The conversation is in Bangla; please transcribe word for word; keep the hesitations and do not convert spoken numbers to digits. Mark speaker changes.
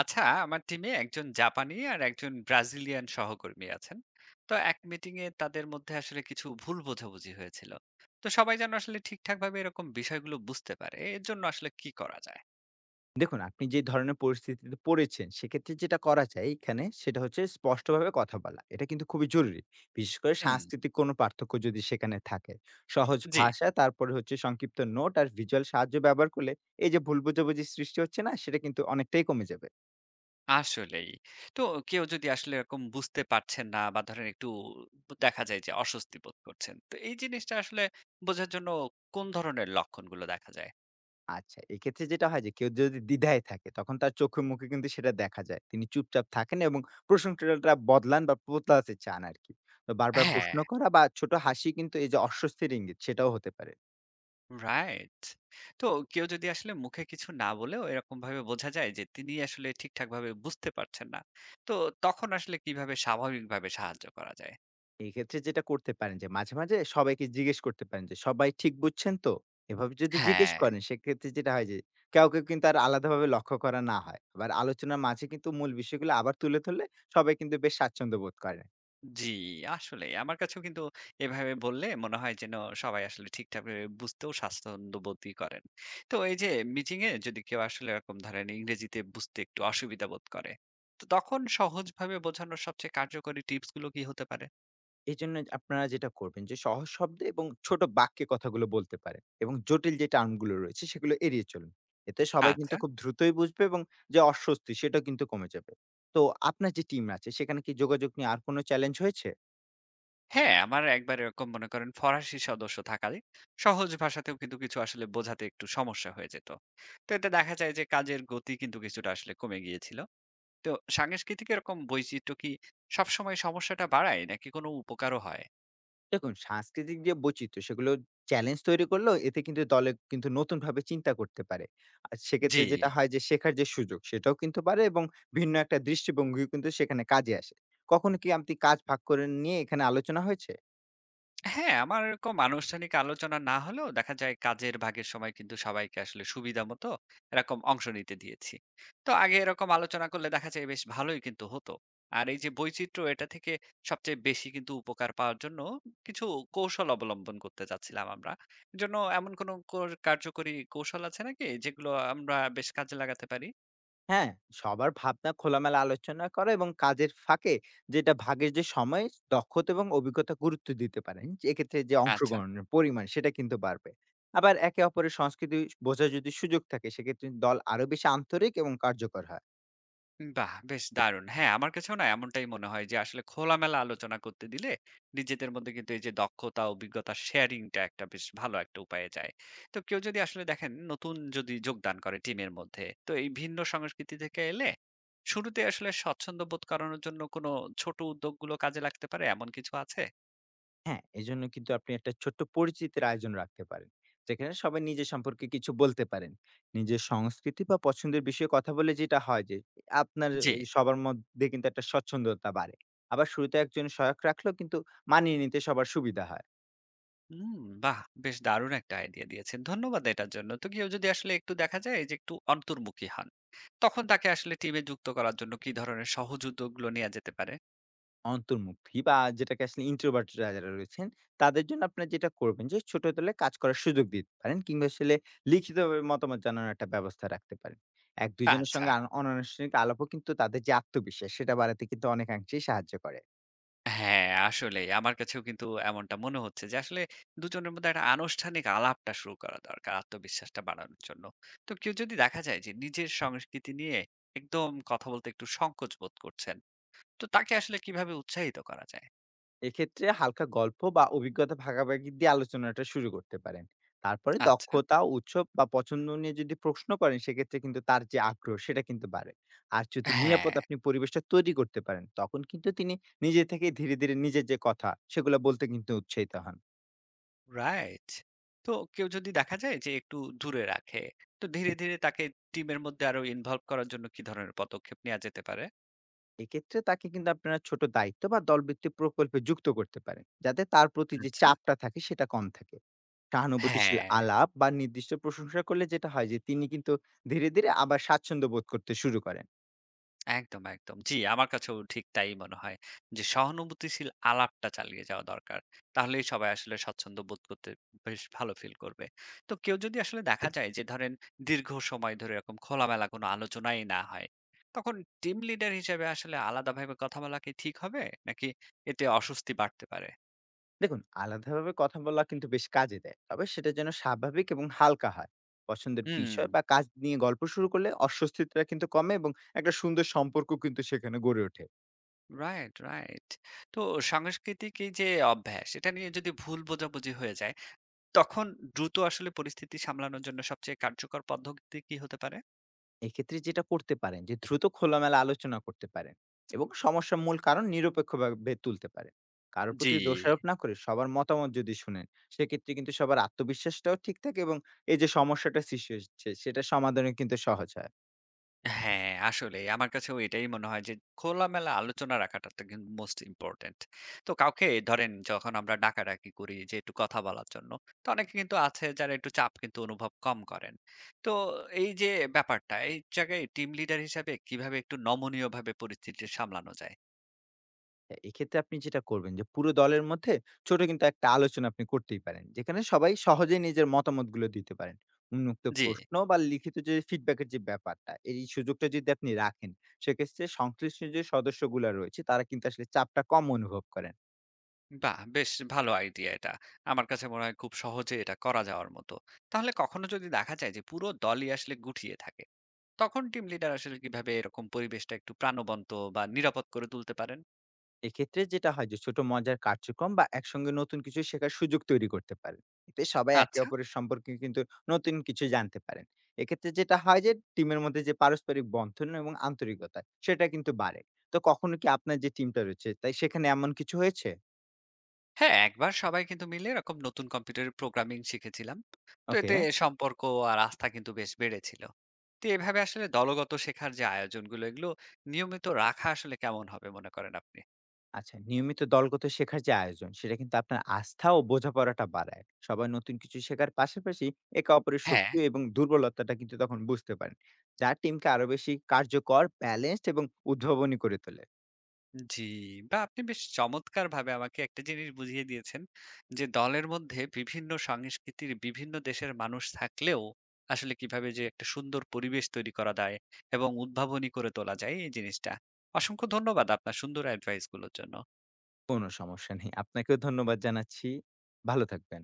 Speaker 1: আচ্ছা, আমার টিমে একজন জাপানি আর একজন ব্রাজিলিয়ান সহকর্মী আছেন। তো এক মিটিং এ তাদের মধ্যে আসলে কিছু ভুল বোঝাবুঝি হয়েছিল। তো সবাই যেন আসলে ঠিকঠাক ভাবে এরকম বিষয়গুলো বুঝতে পারে, এর জন্য আসলে কি করা যায়?
Speaker 2: দেখুন, আপনি যে ধরনের পরিস্থিতিতে পড়েছেন, সেক্ষেত্রে যেটা করা যায় এখানে সেটা হচ্ছে স্পষ্টভাবে কথা বলা। এটা কিন্তু খুবই জরুরি। বিশেষ করে
Speaker 1: হুম।
Speaker 2: সাংস্কৃতিক কোনো পার্থক্য যদি সেখানে থাকে। সহজ
Speaker 1: জি।
Speaker 2: ভাষা, তারপরে হচ্ছে সংক্ষিপ্ত নোট আর ভিজুয়াল সাহায্য ব্যবহার করলে এই যে ভুল বোঝাবুঝির সৃষ্টি হচ্ছে না, সেটা কিন্তু অনেকটাই কমে যাবে।
Speaker 1: আসলেই। তো কেউ যদি আসলে এরকম বুঝতে পারছেন না বা ধরেন একটু দেখা যায় যে অস্বস্তি বোধ করছেন, তো এই জিনিসটা আসলে বোঝার জন্য কোন ধরনের লক্ষণগুলো দেখা যায়?
Speaker 2: আচ্ছা, এক্ষেত্রে যেটা হয় যে কেউ যদি দ্বিধায় থাকে, তখন তার চোখে মুখে কিন্তু সেটা দেখা যায়। তিনি চুপচাপ থাকেন এবং প্রশংসাটা বদলান বা বদলাতে চান আরকি। তো বারবার
Speaker 1: হ্যাঁ।
Speaker 2: প্রশ্ন করা বা ছোট হাসি কিন্তু এই যে অস্বস্তির ইঙ্গিত, সেটাও হতে পারে।
Speaker 1: রাইট। তো কেউ যদি আসলে মুখে কিছু না বলেও এরকম ভাবে বোঝা যায় যে তিনি আসলে ঠিকঠাক ভাবে বুঝতে পারছেন না। তো তখন আসলে কিভাবে স্বাভাবিকভাবে সাহায্য করা যায়?
Speaker 2: এক্ষেত্রে যেটা করতে পারেন যে মাঝে, মাঝে সবাইকে জিজ্ঞেস করতে পারেন যে, "সবাই ঠিক বুঝছেন তো?" এভাবে যদি জিজ্ঞেস
Speaker 1: হ্যাঁ।
Speaker 2: করেন, সেক্ষেত্রে যেটা হয় যে কাউকে কিন্তু আর আলাদাভাবে লক্ষ্য করা না হয়। আবার আলোচনার মাঝে কিন্তু মূল বিষয়গুলো আবার তুলে ধরলে সবাই কিন্তু বেশ স্বাচ্ছন্দ্য বোধ করে।
Speaker 1: জি, আসলেই। আমার কাছেও কিন্তু এভাবে বললে মনে হয় যেন সবাই আসলে ঠিকঠাক ভাবে বুঝতেও স্বাচ্ছন্দ্যবোধই করেন। তো এই যে মিটিং এ যদি কেউ আসলে এরকম ধরেন ইংরেজিতে বুঝতে একটু অসুবিধা বোধ করে, তো তখন সহজভাবে বোঝানোর সবচেয়ে কার্যকরী টিপস গুলো কি হতে পারে?
Speaker 2: এজন্য আপনারা যেটা করবেন যে সহজ শব্দে এবং ছোট বাক্যে কথাগুলো বলতে পারেন, এবং জটিল যে টার্ম গুলো রয়েছে সেগুলো এড়িয়ে চলুন। এতে সবাই কিন্তু
Speaker 1: আচ্ছা।
Speaker 2: খুব দ্রুতই বুঝবে, এবং যে অস্বস্তি সেটাও কিন্তু কমে যাবে। তো আপনার যে টিম আছে সেখানে কি যোগাযোগ নিয়ে আর কোনো চ্যালেঞ্জ হয়েছে?
Speaker 1: হ্যাঁ, আমার একবার এরকম মনে করেন ফরাসি সদস্য থাকালে সহজ ভাষাতেও কিন্তু কিছু আসলে বোঝাতে একটু সমস্যা হয়ে যেত। তো এতে দেখা যায় যে কাজের গতি কিন্তু কিছুটা আসলে কমে গিয়েছিল। তো সাংস্কৃতিক এরকম বৈচিত্র্য কি সবসময় সমস্যাটা বাড়ায় নাকি কোনো উপকারও হয়?
Speaker 2: দেখুন, সাংস্কৃতিক যে বৈচিত্র্য সেগুলো চ্যালেঞ্জ তৈরি করলেও এতে কিন্তু দলে কিন্তু নতুন ভাবে চিন্তা করতে পারে, আর
Speaker 1: জি।
Speaker 2: সেক্ষেত্রে যেটা হয় যে শেখার যে সুযোগ সেটাও কিন্তু পারে, এবং ভিন্ন একটা দৃষ্টিভঙ্গিও কিন্তু সেখানে কাজে আসে। কখনো কি আপনি কাজ ভাগ করে নিয়ে এখানে আলোচনা হয়েছে?
Speaker 1: হ্যাঁ, আমার এরকম আনুষ্ঠানিক আলোচনা না হলেও দেখা যায় কাজের ভাগের সময় কিন্তু সবাইকে আসলে সুবিধা মতো এরকম অংশ নিতে দিয়েছি। তো আগে এরকম আলোচনা করলে দেখা যায় বেশ ভালোই কিন্তু হতো। আর এই যে বৈচিত্র্য এটা থেকে সবচেয়ে বেশি কিন্তু উপকার পাওয়ার জন্য কিছু কৌশল অবলম্বন করতে চাচ্ছিলাম আমরা। এর জন্য এমন কোনো কোর কার্যকরী কৌশল আছে নাকি যেগুলো আমরা বেশ কাজে লাগাতে পারি?
Speaker 2: হ্যাঁ, সবার ভাবনা খোলামেলা আলোচনা করা এবং কাজের ফাঁকে যেটা ভাগের যে সময়, দক্ষতা এবং অভিজ্ঞতা গুরুত্ব দিতে পারেন। এক্ষেত্রে যে
Speaker 1: আচ্ছা।
Speaker 2: অংশগ্রহণের পরিমাণ সেটা কিন্তু বাড়বে। আবার একে অপরের সংস্কৃতি বোঝার যদি সুযোগ থাকে, সেক্ষেত্রে দল আরো বেশি আন্তরিক এবং কার্যকর হয়।
Speaker 1: বাহ! বেশ দারুণ। হ্যাঁ, আমার কাছেও না এমনটাই মনে হয় যে আসলে খোলামেলা আলোচনা করতে দিলে নিজেদের মধ্যে কিন্তু এই যে দক্ষতা, অভিজ্ঞতা শেয়ারিং টা একটা বেশ ভালো একটা উপায়ে যায়। তো কেউ যদি আসলে দেখেন নতুন যদি যোগদান করে টিমের মধ্যে, তো এই ভিন্ন সংস্কৃতি থেকে এলে শুরুতে আসলে স্বচ্ছন্দ বোধ করানোর জন্য কোনো ছোট উদ্যোগগুলো কাজে লাগতে পারে এমন কিছু আছে?
Speaker 2: হ্যাঁ, এজন্য কিন্তু আপনি একটা ছোট্ট পরিচিতির আয়োজন রাখতে পারেন, যেখানে সবাই নিজের সম্পর্কে কিছু বলতে পারেন। নিজের সংস্কৃতি বা পছন্দের বিষয়ে কথা বলে যেটা হয় যে, আপনার
Speaker 1: জি।
Speaker 2: এ সবার মধ্যে কিন্তু একটা স্বচ্ছন্দতা বাড়ে। আবার শুরুতে একজন সহায়ক রাখলেও কিন্তু মানিয়ে নিতে সবার সুবিধা হয়।
Speaker 1: হুম, বাহ! বেশ দারুণ একটা আইডিয়া দিয়েছেন। ধন্যবাদ এটার জন্য। তো কেউ যদি আসলে একটু দেখা যায় যে একটু অন্তর্মুখী হয়, তখন তাকে আসলে টিমে যুক্ত করার জন্য কি ধরনের সহজ উদ্যোগগুলো নেয়া যেতে পারে?
Speaker 2: অন্তর্মুখী বা যেটাকে আসলে introvert রা যারা রয়েছেন, তাদের জন্য আপনারা যেটা করবেন যে ছোট দলে কাজ করার সুযোগ দিতে পারেন, কিংবা আসলে লিখিতভাবে মতামত জানানোর একটা ব্যবস্থা রাখতে পারেন। এক দুই জনের
Speaker 1: আচ্ছা।
Speaker 2: সঙ্গে আন অনানুষ্ঠানিক আলাপও কিন্তু তাদের যে আত্মবিশ্বাস সেটা বাড়াতে কিন্তু অনেকাংশেই সাহায্য করে।
Speaker 1: হ্যাঁ, আসলেই আমার কাছেও কিন্তু এমনটা মনে হচ্ছে যে আসলে দুজনের মধ্যে একটা আনুষ্ঠানিক আলাপটা শুরু করা দরকার আত্মবিশ্বাসটা বাড়ানোর জন্য। তো কেউ যদি দেখা যায় যে নিজের সংস্কৃতি নিয়ে একদম কথা বলতে একটু সংকোচ বোধ করছেন, তো তাকে আসলে কিভাবে উৎসাহিত করা যায়?
Speaker 2: এক্ষেত্রে হালকা গল্প বা অভিজ্ঞতা ভাগাভাগি দিয়ে আলোচনাটা শুরু করতে পারেন। তারপরে
Speaker 1: আচ্ছা।
Speaker 2: দক্ষতা, উৎসব বা পছন্দ নিয়ে যদি প্রশ্ন করেন, সেক্ষেত্রে কিন্তু তার যে আগ্রহ সেটা কিন্তু বাড়ে। আর যদি নিরাপদ
Speaker 1: হ্যাঁ,
Speaker 2: আপনি পরিবেশটা তৈরি করতে পারেন, তখন কিন্তু তিনি নিজে থেকে ধীরে, ধীরে নিজের যে কথা সেগুলো বলতে কিন্তু উৎসাহিত হন।
Speaker 1: রাইট। তো কেউ যদি দেখা যায় যে একটু দূরে রাখে, তো ধীরে, ধীরে তাকে টিমের মধ্যে আরো ইনভলভ করার জন্য কি ধরনের পদক্ষেপ নেয়া যেতে পারে?
Speaker 2: এক্ষেত্রে তাকে কিন্তু আপনারা ছোট দায়িত্ব বা দলভিত্তিক প্রকল্পে যুক্ত করতে পারেন, যাতে তার প্রতি যে
Speaker 1: আচ্ছা।
Speaker 2: চাপটা থাকে সেটা কম থাকে। সহানুভূতিশীল
Speaker 1: হ্যাঁ,
Speaker 2: আলাপ বা নির্দিষ্ট প্রশংসা করলে যেটা হয় যে তিনি কিন্তু ধীরে ধীরে আবার স্বাচ্ছন্দ্য বোধ করতে শুরু করেন।
Speaker 1: একদম, একদম। জি, আমার কাছেও ঠিক তাই মনে হয়। যে সহানুভূতিশীল আলাপটা চালিয়ে যাওয়া দরকার। তাহলেই সবাই আসলে স্বচ্ছন্দ্য বোধ করতে বেশ ভালো ফিল করবে। তো কেউ যদি আসলে দেখা যায় যে ধরেন দীর্ঘ সময় ধরে এরকম খোলামেলা কোনো আলোচনাই না হয়, তখন টিম লিডার হিসেবে আসলে আলাদাভাবে কথা বলা কি ঠিক হবে? নাকি এতে অস্বস্তি বাড়তে পারে?
Speaker 2: দেখুন, আলাদাভাবে কথা বলা কিন্তু বেশ কাজে দেয়, তবে সেটা যেন স্বাভাবিক এবং হালকা হয়। পছন্দের
Speaker 1: হুম,
Speaker 2: বিষয় বা কাজ নিয়ে গল্প শুরু করলে অস্বস্তিটা কিন্তু কমে, এবং একটা সুন্দর সম্পর্ক কিন্তু সেখানে গড়ে ওঠে।
Speaker 1: Right, right. তো সাংস্কৃতিক এই যে অভ্যাস, এটা নিয়ে যদি ভুল বোঝাবুঝি হয়ে যায়, তখন দ্রুত আসলে পরিস্থিতি সামলানোর জন্য সবচেয়ে কার্যকর পদ্ধতি কি হতে পারে?
Speaker 2: এক্ষেত্রে যেটা করতে পারেন যে দ্রুত খোলামেলা আলোচনা করতে পারেন এবং সমস্যার মূল কারণ নিরপেক্ষভাবে তুলতে পারেন। কারোর
Speaker 1: জি,
Speaker 2: প্রতি দোষারোপ না করে সবার মতামত যদি শুনেন, সেক্ষেত্রে কিন্তু সবার আত্মবিশ্বাসটাও ঠিক থাকে, এবং এই যে সমস্যাটা সৃষ্টি হচ্ছে সেটা সমাধানে কিন্তু সহজ হয়।
Speaker 1: হ্যাঁ, আসলেই আমার কাছেও এটাই মনে হয় যে খোলামেলা আলোচনা রাখাটা তো কিন্তু মোস্ট ইম্পোর্টেন্ট। তো কাউকে ধরেন যখন আমরা ডাকাডাকি করি যে একটু কথা বলার জন্য, তো অনেকে কিন্তু আছে যারা একটু চাপ কিন্তু অনুভব কম করেন। তো এই যে ব্যাপারটা, এই জায়গায় টিম লিডার হিসেবে কিভাবে একটু নমনীয়ভাবে পরিস্থিতি সামলানো যায়?
Speaker 2: হ্যাঁ, এক্ষেত্রে আপনি যেটা করবেন যে পুরো দলের মধ্যে ছোট কিন্তু একটা আলোচনা আপনি করতেই পারেন, যেখানে সবাই সহজেই নিজের মতামতগুলো দিতে পারেন। উন্মুক্ত
Speaker 1: জি।
Speaker 2: প্রশ্ন বা লিখিত যে ফিডব্যাকের যে ব্যাপারটা, এই সুযোগটা যদি আপনি রাখেন, সেক্ষেত্রে সংশ্লিষ্ট যে সদস্যগুলো রয়েছে তারা কিন্তু আসলে চাপটা কম অনুভব করেন।
Speaker 1: বাহ! বেশ ভালো আইডিয়া এটা। আমার কাছে মনে হয় খুব সহজে এটা করা যাওয়ার মতো। তাহলে কখনো যদি দেখা যায় যে পুরো দলই আসলে গুটিয়ে থাকে, তখন টিম লিডার আসলে কিভাবে এরকম পরিবেশটা একটু প্রাণবন্ত বা নিরাপদ করে তুলতে পারেন?
Speaker 2: এক্ষেত্রে যেটা হয় যে ছোট মজার কার্যক্রম বা একসঙ্গে নতুন কিছু শেখার সুযোগ তৈরি করতে পারেন। এতে সবাই একে
Speaker 1: আচ্ছা।
Speaker 2: অপরের সম্পর্কে কিন্তু নতুন কিছু জানতে পারেন। এক্ষেত্রে যেটা হয় যে টিমের মধ্যে যে পারস্পরিক বন্ধন এবং আন্তরিকতা সেটা কিন্তু বাড়ে। তো কখনো কি আপনার যে টিমটা রয়েছে তাই সেখানে এমন কিছু হয়েছে?
Speaker 1: হ্যাঁ, একবার সবাই কিন্তু মিলে এরকম নতুন কম্পিউটার প্রোগ্রামিং শিখেছিলাম। তো
Speaker 2: ওকে।
Speaker 1: এতে সম্পর্ক আর আস্থা কিন্তু বেশ বেড়েছিল। তো এভাবে আসলে দলগত শেখার যে আয়োজনগুলো এগুলো নিয়মিত রাখা আসলে কেমন হবে মনে করেন আপনি?
Speaker 2: আচ্ছা, নিয়মিত দলগত শেখার যে আয়োজন, সেটা কিন্তু আপনার আস্থা ও বোঝাপড়াটা বাড়ায়। সবাই নতুন কিছু শেখার পাশাপাশি একে অপরের
Speaker 1: হ্যাঁ।
Speaker 2: শক্তি এবং দুর্বলতাটা কিন্তু তখন বুঝতে পারেন। যা টিমকে আরো বেশি কার্যকর, ব্যালেন্সড এবং উদ্ভাবনী করে তোলে।
Speaker 1: জি, বা আপনি বেশ চমৎকারভাবে আমাকে একটা জিনিস বুঝিয়ে দিয়েছেন যে, দলের মধ্যে বিভিন্ন সংস্কৃতির বিভিন্ন দেশের মানুষ থাকলেও আসলে কিভাবে যে একটা সুন্দর পরিবেশ তৈরি করা যায় এবং উদ্ভাবনী করে তোলা যায় এই জিনিসটা। অসংখ্য ধন্যবাদ আপনার সুন্দর অ্যাডভাইস গুলোর জন্য।
Speaker 2: কোনো সমস্যা নেই। আপনাকেও ধন্যবাদ জানাচ্ছি। ভালো থাকবেন।